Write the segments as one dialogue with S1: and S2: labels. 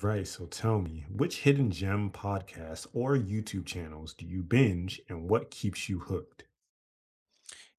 S1: Right. So tell me, which hidden gem podcasts or YouTube channels do you binge and what keeps you hooked?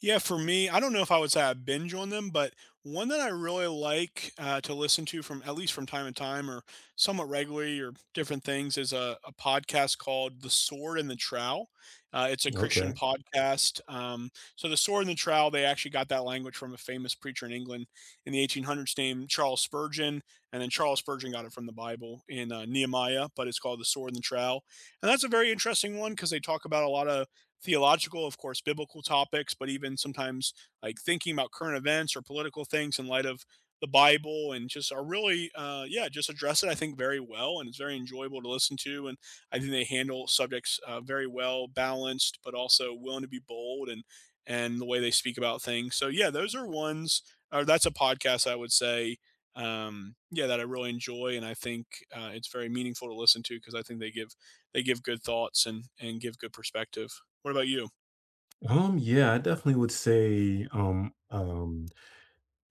S2: Yeah, for me, I don't know if I would say I binge on them, but one that I really like to listen to from at least from time to time or somewhat regularly or different things is a podcast called The Sword and the Trowel. It's a Christian
S1: Okay.
S2: podcast. So The Sword and the Trowel, they actually got that language from a famous preacher in England in the 1800s named Charles Spurgeon. And then Charles Spurgeon got it from the Bible in Nehemiah, but it's called The Sword and the Trowel. And that's a very interesting one because they talk about a lot of theological, of course, biblical topics, but even sometimes like thinking about current events or political things in light of the Bible and just are really, yeah, just address it, I think, very well. And it's very enjoyable to listen to. And I think they handle subjects very well, balanced, but also willing to be bold and the way they speak about things. So, yeah, those are ones, or that's a podcast I would say, yeah, that I really enjoy. And I think it's very meaningful to listen to because I think they give good thoughts and give good perspective. What about you?
S1: Yeah, I definitely would say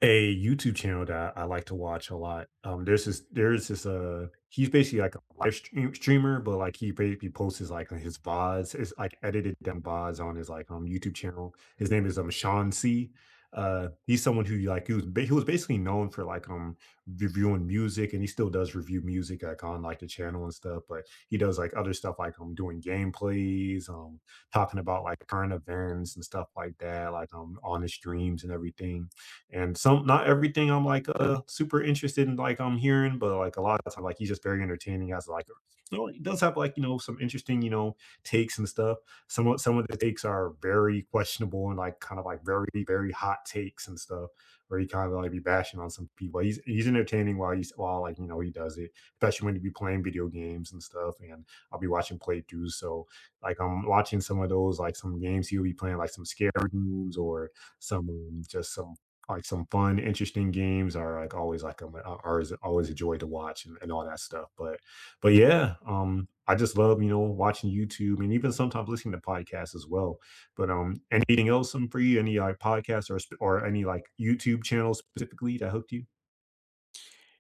S1: a YouTube channel that I like to watch a lot. There's this, he's basically like a live stream, streamer, but like he basically posts his like his VODs, it's like edited down VODs on his like YouTube channel. His name is Sean C. He's someone who like he was basically known for like reviewing music, and he still does review music like on like the channel and stuff. But he does like other stuff like doing gameplays, talking about like current events and stuff like that, like on his streams and everything and some, not everything I'm like super interested in, like I'm hearing, but like a lot of time, like he's just very entertaining. As like, you know, he does have like you know some interesting you know takes and stuff. Some of the takes are very questionable and like kind of like very hot takes and stuff, where he kind of like be bashing on some people. He's entertaining while he's while like you know he does it, especially when you be playing video games and stuff. And I'll be watching playthroughs, so like I'm watching some of those like some games he'll be playing like some scary games or some just some like some fun, interesting games are like always like are always a joy to watch and all that stuff. But yeah, I just love you know watching YouTube and even sometimes listening to podcasts as well. But anything else some for you? Any like podcasts or any like YouTube channels specifically that hooked you?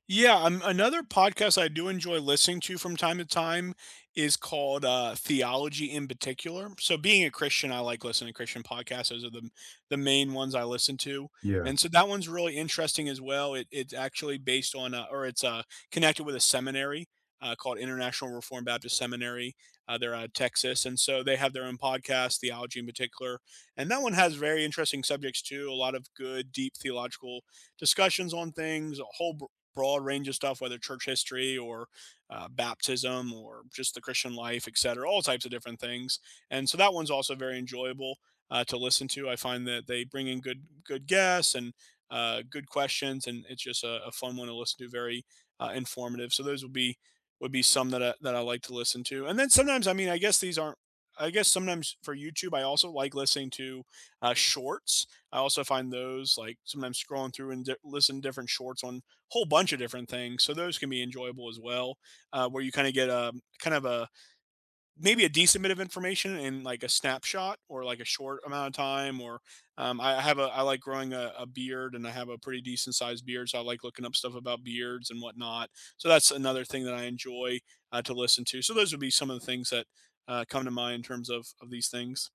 S2: Yeah, another podcast I do enjoy listening to from time to time is called Theology in Particular. So, being a Christian, I like listening to Christian podcasts. Those are the main ones I listen to,
S1: Yeah.
S2: and so that one's really interesting as well. It's actually based on, or it's connected with a seminary called International Reformed Baptist Seminary. They're out of Texas, and so they have their own podcast, Theology in Particular, and that one has very interesting subjects too. A lot of good, deep theological discussions on things, a whole broad range of stuff, whether church history or baptism or just the Christian life, et cetera, all types of different things. And so that one's also very enjoyable to listen to. I find that they bring in good guests and good questions, and it's just a fun one to listen to. Very informative. So those would be some that I like to listen to. And then sometimes, I mean, I guess these aren't. I guess sometimes for YouTube, I also like listening to shorts. I also find those like sometimes scrolling through and listen to different shorts on whole bunch of different things. So those can be enjoyable as well, where you kind of get a kind of a maybe a decent bit of information in like a snapshot or like a short amount of time. Or I have a I like growing a beard and I have a pretty decent sized beard, so I like looking up stuff about beards and whatnot. So that's another thing that I enjoy to listen to. So those would be some of the things that come to mind in terms of these things.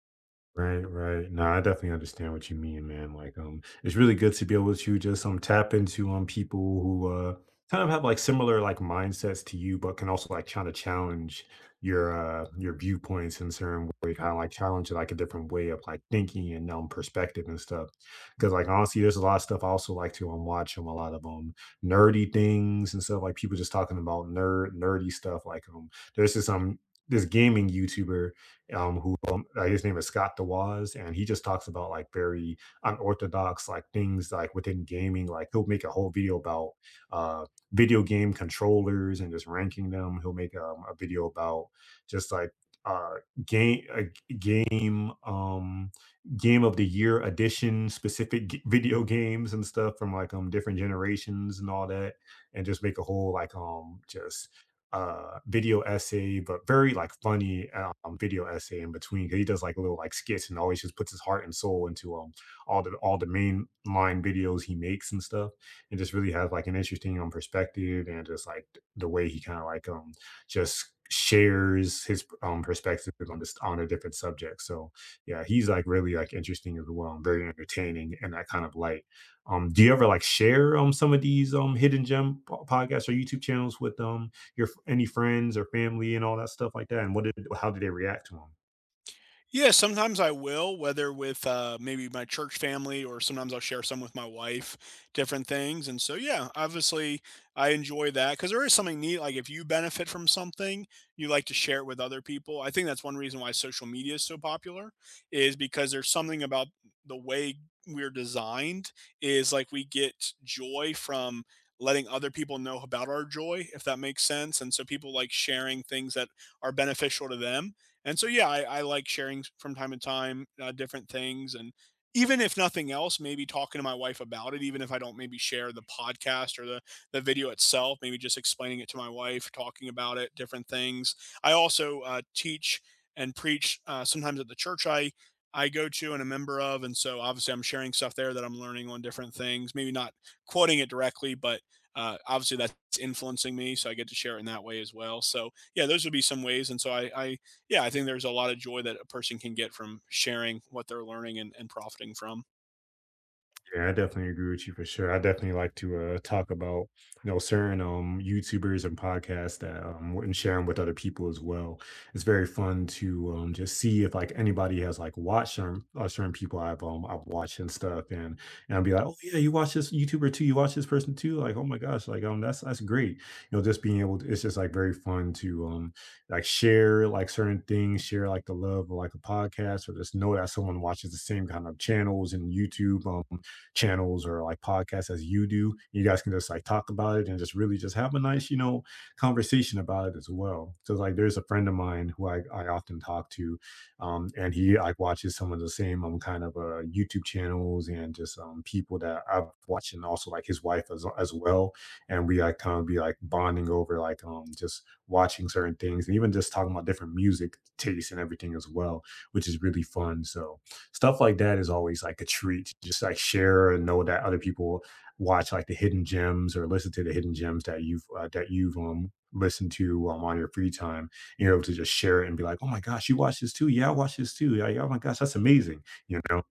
S1: Right, right. No, I definitely understand what you mean, man. Like, it's really good to be able to just tap into people who kind of have like similar like mindsets to you, but can also like kind of challenge your viewpoints in certain way, kind of like challenge like a different way of like thinking and perspective and stuff. Because like honestly, there's a lot of stuff I also like to watch a lot of nerdy things and stuff like people just talking about nerdy stuff. Like there's this this gaming YouTuber who his name is Scott DeWaz, and he just talks about like very unorthodox like things like within gaming. Like he'll make a whole video about uh, video game controllers and just ranking them. He'll make a video about just like uh game uh, game um game of the year edition specific video games and stuff from like different generations and all that and just make a whole like just video essay but very like funny video essay in between because he does like little like skits and always just puts his heart and soul into all the main line videos he makes and stuff and just really has like an interesting perspective and just like the way he kind of like just shares his perspective on this on a different subject. So yeah, he's like really like interesting as well and very entertaining in that kind of light. Do you ever like share some of these hidden gem podcasts or YouTube channels with your any friends or family and all that stuff like that? And what did how did they react to him?
S2: Yeah, sometimes I will, whether with, maybe my church family or sometimes I'll share some with my wife, different things, and so, yeah, obviously, I enjoy that because there is something neat, like, if you benefit from something, you like to share it with other people. I think that's one reason why social media is so popular is because there's something about the way we're designed is, like, we get joy from letting other people know about our joy, if that makes sense, and so people like sharing things that are beneficial to them. And so, yeah, I like sharing from time to time different things. And even if nothing else, maybe talking to my wife about it, even if I don't maybe share the podcast or the video itself, maybe just explaining it to my wife, talking about it, different things. I also teach and preach sometimes at the church I. I go to and a member of, and so obviously I'm sharing stuff there that I'm learning on different things. Maybe not quoting it directly, but obviously that's influencing me, so I get to share it in that way as well. So yeah, those would be some ways, and so I yeah, I think there's a lot of joy that a person can get from sharing what they're learning and profiting from.
S1: Yeah, I definitely agree with you for sure. I definitely like to talk about you know certain YouTubers and podcasts that and share 'em with other people as well. It's very fun to just see if like anybody has like watched certain certain people I've watched and stuff, and I'll be like, oh yeah, you watch this YouTuber too, you watch this person too, like oh my gosh, like that's great. You know, just being able to, it's just like very fun to like share like certain things, share like the love of like a podcast, or just know that someone watches the same kind of channels and YouTube channels or like podcasts as you do. You guys can just like talk about it and just really just have a nice, you know, conversation about it as well. So like there's a friend of mine who I often talk to, and he like watches some of the same kind of YouTube channels and just people that I've watched and also like his wife as well. And we like kind of be like bonding over like just watching certain things and even just talking about different music tastes and everything as well, which is really fun. So stuff like that is always like a treat to just like share and know that other people watch like the hidden gems or listen to the hidden gems that you've listened to on your free time. You're able to just share it and be like, "Oh my gosh, you watch this too? Yeah, I watch this too. Yeah, yeah, oh my gosh, that's amazing." You know?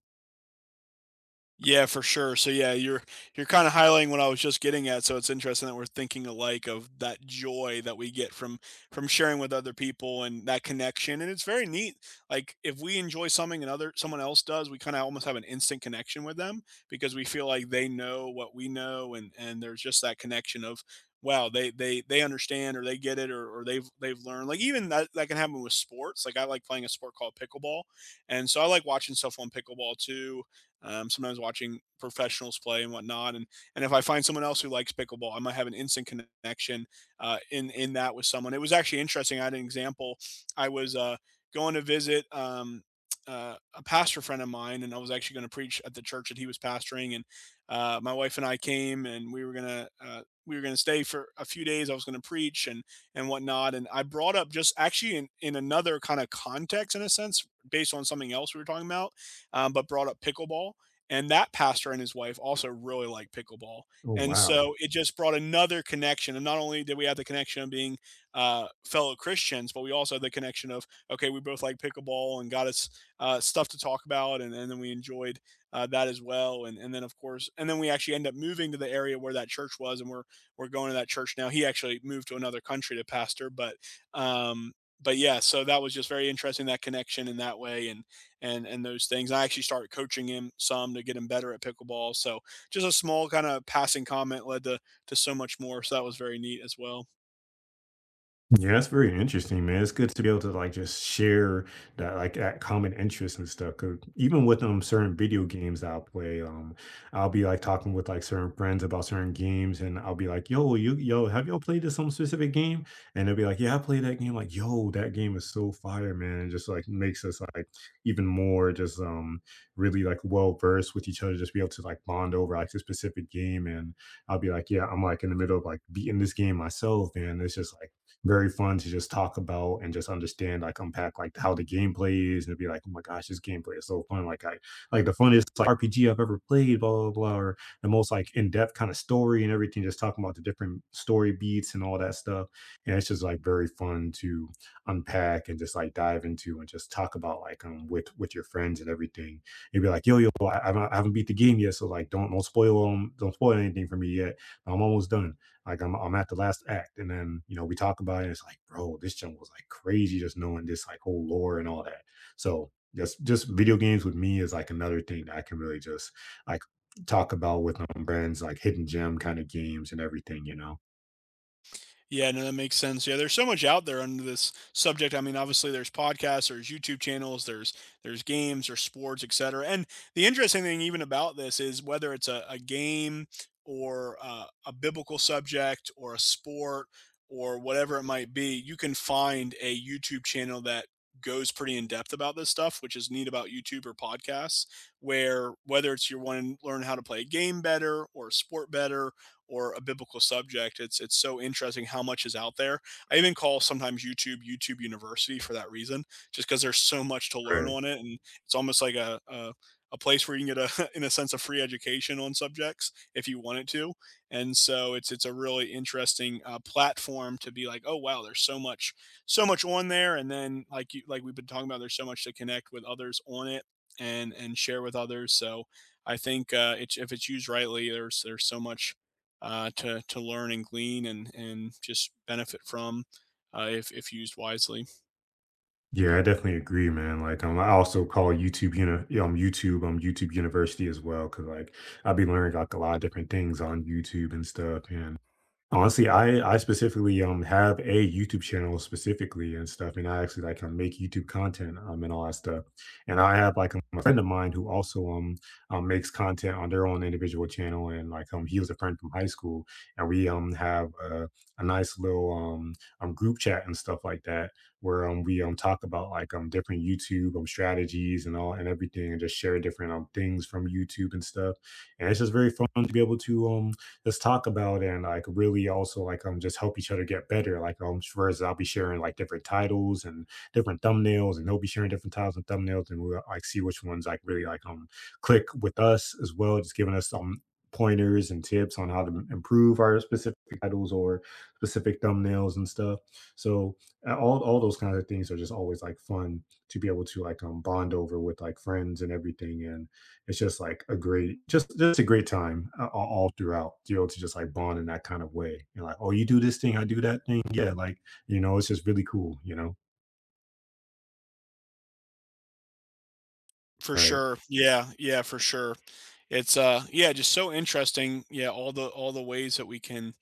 S2: Yeah, for sure. So yeah, you're kind of highlighting what I was just getting at. So it's interesting that we're thinking alike of that joy that we get from sharing with other people and that connection. And it's very neat. Like if we enjoy something and other someone else does, we kind of almost have an instant connection with them because we feel like they know what we know and there's just that connection of wow, they they understand or they get it or they've learned. Like even that can happen with sports. Like I like playing a sport called pickleball. And so I like watching stuff on pickleball too sometimes watching professionals play and whatnot. And if I find someone else who likes pickleball, I might have an instant connection in that with someone. It was actually interesting. I had an example. I was going to visit. A pastor friend of mine, and I was actually going to preach at the church that he was pastoring. And my wife and I came, and we were gonna stay for a few days. I was going to preach and whatnot. And I brought up just actually in another kind of context, in a sense, based on something else we were talking about but brought up pickleball. And that pastor and his wife also really like pickleball.
S1: Oh
S2: And
S1: wow.
S2: so it just brought another connection. And not only did we have the connection of being fellow Christians, but we also had the connection of, okay, we both like pickleball and got us stuff to talk about. And then we enjoyed that as well. And then, of course, and then we actually end up moving to the area where that church was. And we're going to that church now. He actually moved to another country to pastor. Um, but yeah, so that was just very interesting that connection in that way. And those things. I actually started coaching him some to get him better at pickleball. So just a small kind of passing comment led to so much more. So that was very neat as well.
S1: Yeah, that's very interesting, man. It's good to be able to like just share that like that common interest and stuff. 'Cause even with certain video games that I'll play, I'll be like talking with like certain friends about certain games, and I'll be like, "Yo, you, yo, have y'all played this some specific game?" And they'll be like, "Yeah, I played that game." Like, "Yo, that game is so fire, man!" And just like makes us like even more just really like well versed with each other, just be able to like bond over like a specific game. And I'll be like, "Yeah, I'm like in the middle of like beating this game myself," and it's just like very fun to just talk about and just understand, like unpack like how the gameplay is and be like, oh my gosh, this gameplay is so fun. Like I like the funnest like, RPG I've ever played, blah blah blah, or the most like in-depth kind of story and everything, just talking about the different story beats and all that stuff. And it's just like very fun to unpack and just like dive into and just talk about like with your friends and everything. You'd be like, yo, yo, I haven't beat the game yet, so like don't don't spoil anything for me yet. I'm almost done. Like I'm at the last act, and then you know we talk about it. It's like, bro, this jump was like crazy, just knowing this like whole lore and all that. So just video games with me is like another thing that I can really just like talk about with my friends, like hidden gem kind of games and everything, you know.
S2: Yeah, no, that makes sense. Yeah, there's so much out there under this subject. I mean, obviously there's podcasts, there's YouTube channels, there's games, there's sports, et cetera. And the interesting thing even about this is whether it's a game or a biblical subject or a sport or whatever it might be, you can find a YouTube channel that goes pretty in depth about this stuff, which is neat about YouTube or podcasts, where whether it's you want to learn how to play a game better or a sport better or a biblical subject. It's so interesting how much is out there. I even call sometimes YouTube YouTube University for that reason, just because there's so much to learn
S1: Right.
S2: on it, and it's almost like a a place where you can get a in a sense of free education on subjects if you wanted to. And so it's a really interesting platform to be like, oh wow, there's so much so much on there, and then like you like we've been talking about, there's so much to connect with others on it and share with others. So I think it's, if it's used rightly, there's so much to learn and glean and just benefit from if used wisely.
S1: Yeah, I definitely agree, man. Like, I also call YouTube, you know, yeah, YouTube University as well, because like I'll be learning like a lot of different things on YouTube and stuff, and honestly, I specifically have a YouTube channel specifically and stuff, and I actually like make YouTube content and all that stuff. And I have like a friend of mine who also makes content on their own individual channel, and like he was a friend from high school, and we have a nice little group chat and stuff like that where we talk about like different YouTube strategies and all and everything, and just share different things from YouTube and stuff. And it's just very fun to be able to let's talk about and like really also like just help each other get better. Like am I'll be sharing like different titles and different thumbnails, and they'll be sharing different titles and thumbnails, and we'll like see which ones like really like click with us as well, just giving us some pointers and tips on how to improve our specific titles or specific thumbnails and stuff. So all those kinds of things are just always like fun to be able to like bond over with like friends and everything and it's just like a great just a great time a all throughout, you able to just, like, bond in that kind of way. You're like, "Oh, you do this thing, I do that thing." Yeah, like, you know, it's just really cool, you know?
S2: For
S1: Right.
S2: sure. Yeah, yeah, for sure. It's yeah, just so interesting. Yeah, all the ways that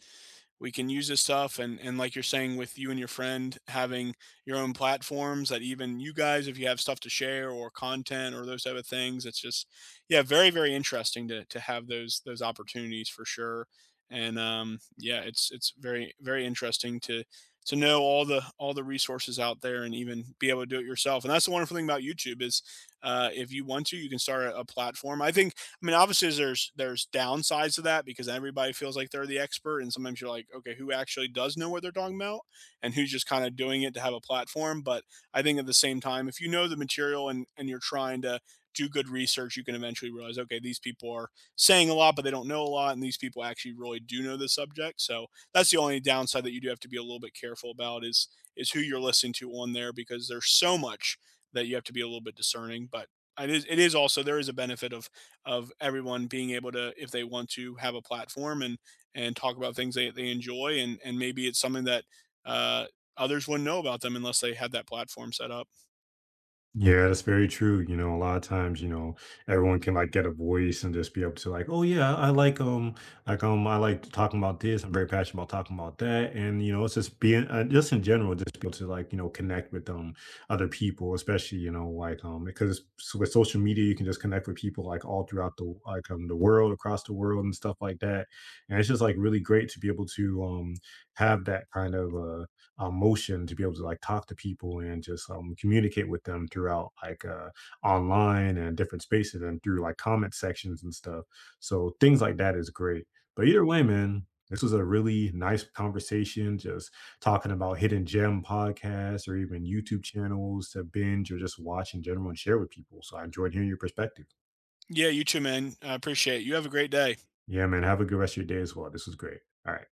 S2: we can use this stuff and like you're saying with you and your friend having your own platforms that even you guys if you have stuff to share or content or those type of things it's just yeah very very interesting to have those opportunities for sure and yeah it's very very interesting to know all the resources out there and even be able to do it yourself and that's the wonderful thing about YouTube is if you want to you can start a platform I think. I mean, obviously there's downsides to that because everybody feels like they're the expert, and sometimes you're like, okay, who actually does know what they're talking about, and who's just kind of doing it to have a platform. But I think at the same time, if you know the material and you're trying to do good research, you can eventually realize, okay, these people are saying a lot, but they don't know a lot, and these people actually really do know the subject. So that's the only downside that you do have to be a little bit careful about is who you're listening to on there because there's so much that you have to be a little bit discerning. But it is also there is a benefit of everyone being able to if they want to have a platform and talk about things they enjoy and maybe it's something that uh others wouldn't know about them unless they had that platform set up.
S1: Yeah, that's very true. You know, a lot of times, you know, everyone can like get a voice and just be able to like, oh yeah, I like I like talking about this. I'm very passionate about talking about that, and you know, it's just being just in general, just be able to like you know connect with other people, especially you know like because with social media, you can just connect with people like all throughout the like the world, across the world, and stuff like that. And it's just like really great to be able to have that kind of motion to be able to like talk to people and just communicate with them throughout like online and different spaces and through like comment sections and stuff. So things like that is great. But either way, man, this was a really nice conversation. Just talking about hidden gem podcasts or even YouTube channels to binge or just watch in general and share with people. So I enjoyed hearing your perspective.
S2: Yeah, you too, man, I appreciate it. You have a great day.
S1: Yeah, man. Have a good rest of your day as well. This was great. All right.